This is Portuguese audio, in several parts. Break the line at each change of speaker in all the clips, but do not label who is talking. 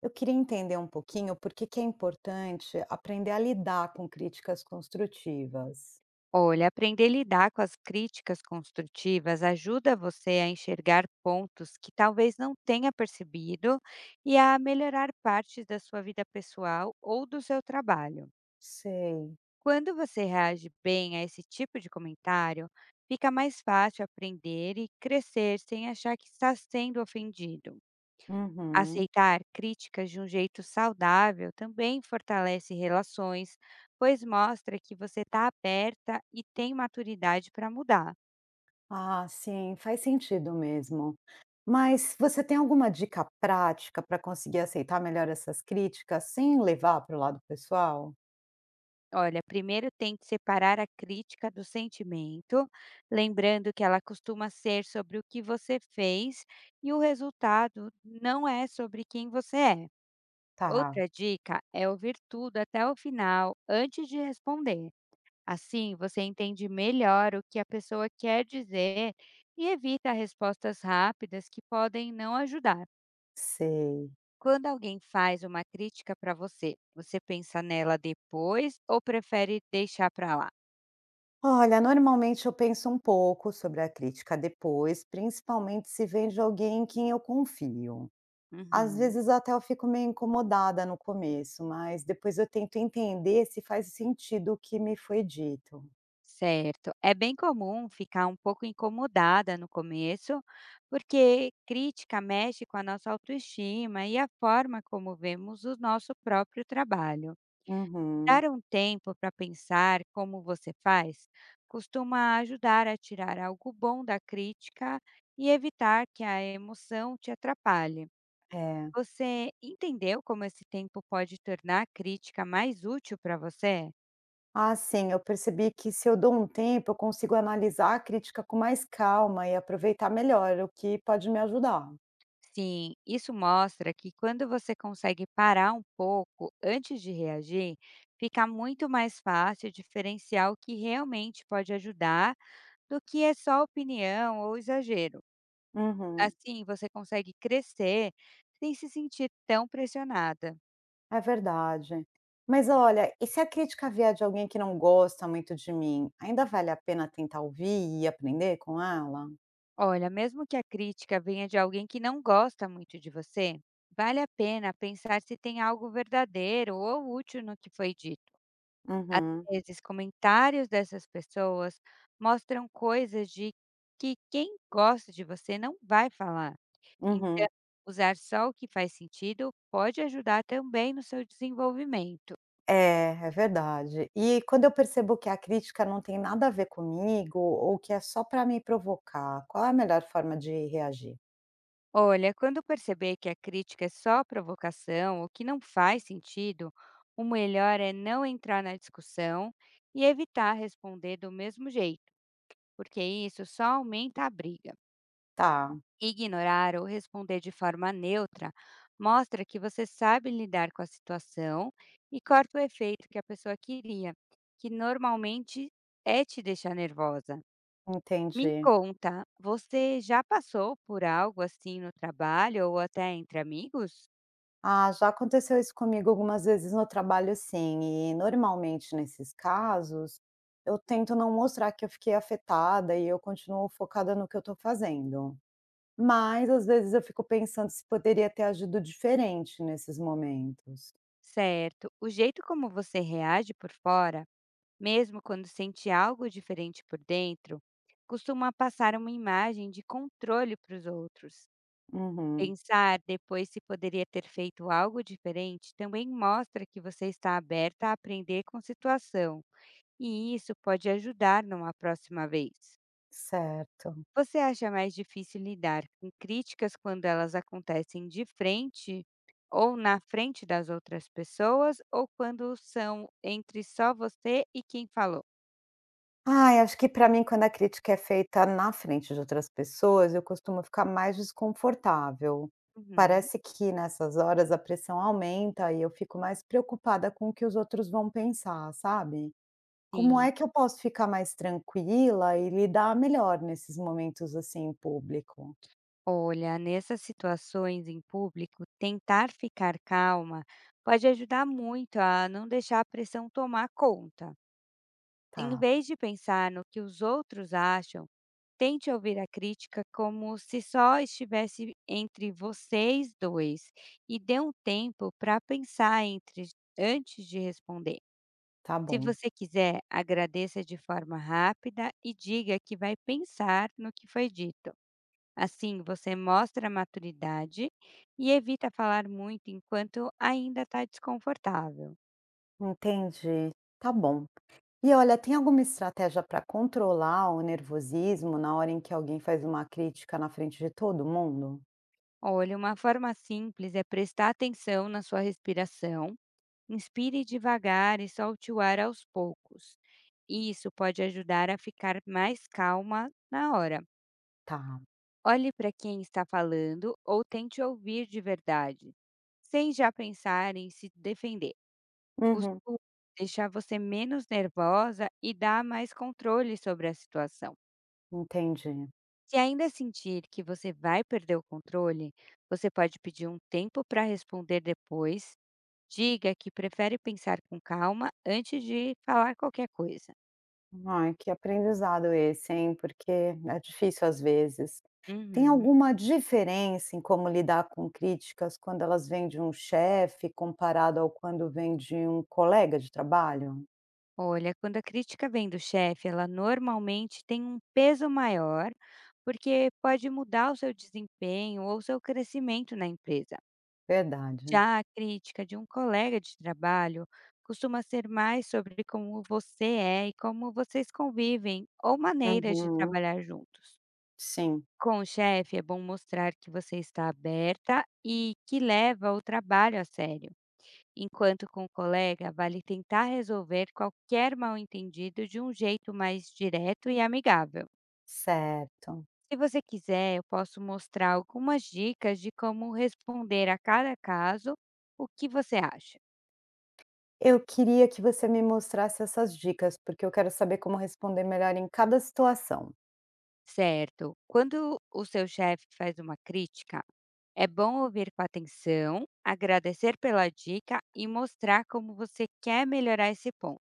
Eu queria entender um pouquinho por que é importante aprender a lidar com críticas construtivas.
Olha, aprender a lidar com as críticas construtivas ajuda você a enxergar pontos que talvez não tenha percebido e a melhorar partes da sua vida pessoal ou do seu trabalho.
Sei.
Quando você reage bem a esse tipo de comentário, fica mais fácil aprender e crescer sem achar que está sendo ofendido.
Uhum.
Aceitar críticas de um jeito saudável também fortalece relações, pois mostra que você está aberta e tem maturidade para mudar.
Ah, sim, faz sentido mesmo. Mas você tem alguma dica prática para conseguir aceitar melhor essas críticas sem levar para o lado pessoal?
Olha, primeiro tente separar a crítica do sentimento, lembrando que ela costuma ser sobre o que você fez e o resultado não é sobre quem você é.
Tá,
Outra dica é ouvir tudo até o final antes de responder. Assim, você entende melhor o que a pessoa quer dizer e evita respostas rápidas que podem não ajudar.
sei.
Quando alguém faz uma crítica para você, você pensa nela depois ou prefere deixar para lá?
Olha, normalmente eu penso um pouco sobre a crítica depois, principalmente se vem de alguém em quem eu confio. Às
Uhum.
vezes até eu fico meio incomodada no começo, mas depois eu tento entender se faz sentido o que me foi dito.
Certo. É bem comum ficar um pouco incomodada no começo, porque crítica mexe com a nossa autoestima e a forma como vemos o nosso próprio trabalho.
Uhum,
Dar um tempo para pensar como você faz costuma ajudar a tirar algo bom da crítica e evitar que a emoção te atrapalhe.
é.
Você entendeu como esse tempo pode tornar a crítica mais útil para você?
Ah, sim, eu percebi que se eu dou um tempo, eu consigo analisar a crítica com mais calma e aproveitar melhor, o que pode me ajudar.
Sim, isso mostra que quando você consegue parar um pouco antes de reagir, fica muito mais fácil diferenciar o que realmente pode ajudar do que é só opinião ou exagero.
Uhum,
Assim você consegue crescer sem se sentir tão pressionada.
é verdade. Mas olha, e se a crítica vier de alguém que não gosta muito de mim, ainda vale a pena tentar ouvir e aprender com ela?
Olha, mesmo que a crítica venha de alguém que não gosta muito de você, vale a pena pensar se tem algo verdadeiro ou útil no que foi dito. Às
Uhum,
vezes, comentários dessas pessoas mostram coisas de que quem gosta de você não vai falar. Então,
uhum.
usar só o que faz sentido pode ajudar também no seu desenvolvimento.
É, é verdade. E quando eu percebo que a crítica não tem nada a ver comigo ou que é só para me provocar, qual é a melhor forma de reagir?
Olha, quando perceber que a crítica é só provocação ou que não faz sentido, o melhor é não entrar na discussão e evitar responder do mesmo jeito, porque isso só aumenta a briga.
Tá,
Ignorar ou responder de forma neutra mostra que você sabe lidar com a situação e corta o efeito que a pessoa queria, que normalmente é te deixar nervosa. Me
entendi.
conta, você já passou por algo assim no trabalho ou até entre amigos?
Ah, já aconteceu isso comigo algumas vezes no trabalho, sim. E normalmente nesses casos, eu tento não mostrar que eu fiquei afetada e eu continuo focada no que eu estou fazendo. Mas às vezes eu fico pensando se poderia ter agido diferente nesses momentos.
Certo. O jeito como você reage por fora, mesmo quando sente algo diferente por dentro, costuma passar uma imagem de controle para os outros.
Uhum,
Pensar depois se poderia ter feito algo diferente também mostra que você está aberta a aprender com a situação, e isso pode ajudar numa próxima vez.
certo.
Você acha mais difícil lidar com críticas quando elas acontecem de frente ou na frente das outras pessoas ou quando são entre só você e quem falou?
Ai, acho que para mim quando a crítica é feita na frente de outras pessoas, eu costumo ficar mais desconfortável.
Uhum,
Parece que nessas horas a pressão aumenta e eu fico mais preocupada com o que os outros vão pensar, sabe? Como
sim.
é que eu posso ficar mais tranquila e lidar melhor nesses momentos assim em público?
Olha, nessas situações em público, tentar ficar calma pode ajudar muito a não deixar a pressão tomar conta. Em
Tá,
vez de pensar no que os outros acham, tente ouvir a crítica como se só estivesse entre vocês dois e dê um tempo para pensar entre antes de responder.
tá
Se
bom.
você quiser, agradeça de forma rápida e diga que vai pensar no que foi dito. Assim, você mostra maturidade e evita falar muito enquanto ainda está desconfortável.
Entendi. Tá bom. E olha, tem alguma estratégia para controlar o nervosismo na hora em que alguém faz uma crítica na frente de todo mundo?
Olha, uma forma simples é prestar atenção na sua respiração. Inspire devagar e solte o ar aos poucos. Isso pode ajudar a ficar mais calma na hora.
Tá.
Olhe para quem está falando ou tente ouvir de verdade, sem já pensar em se defender.
Uhum,
Costuma deixar você menos nervosa e dar mais controle sobre a situação.
entendi.
Se ainda sentir que você vai perder o controle, você pode pedir um tempo para responder depois. Diga que prefere pensar com calma antes de falar qualquer coisa.
Ai, que aprendizado esse, hein, porque é difícil às vezes. Tem
Uhum.
alguma diferença em como lidar com críticas quando elas vêm de um chefe comparado ao quando vem de um colega de trabalho?
Olha, quando a crítica vem do chefe, ela normalmente tem um peso maior, porque pode mudar o seu desempenho ou o seu crescimento na empresa.
Verdade.
Já a crítica de um colega de trabalho costuma ser mais sobre como você é e como vocês convivem ou maneiras de
Uhum,
trabalhar juntos.
sim,
Com o chefe, é bom mostrar que você está aberta e que leva o trabalho a sério, enquanto com o colega, vale tentar resolver qualquer mal-entendido de um jeito mais direto e amigável.
certo.
Se você quiser, eu posso mostrar algumas dicas de como responder a cada caso. O que você acha?
Eu queria que você me mostrasse essas dicas, porque eu quero saber como responder melhor em cada situação.
Certo. Quando o seu chefe faz uma crítica, é bom ouvir com atenção, agradecer pela dica e mostrar como você quer melhorar esse ponto.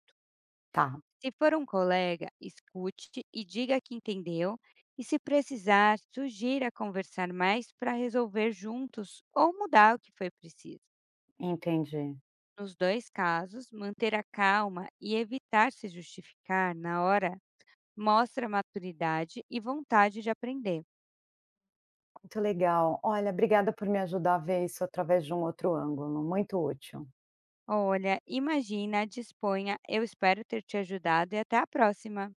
Tá,
Se for um colega, escute e diga que entendeu, e se precisar, sugira conversar mais para resolver juntos ou mudar o que foi preciso.
entendi.
Nos dois casos, manter a calma e evitar se justificar na hora mostra maturidade e vontade de aprender.
Muito legal. Olha, obrigada por me ajudar a ver isso através de um outro ângulo, muito útil.
Olha, imagina, disponha, eu espero ter te ajudado e até a próxima!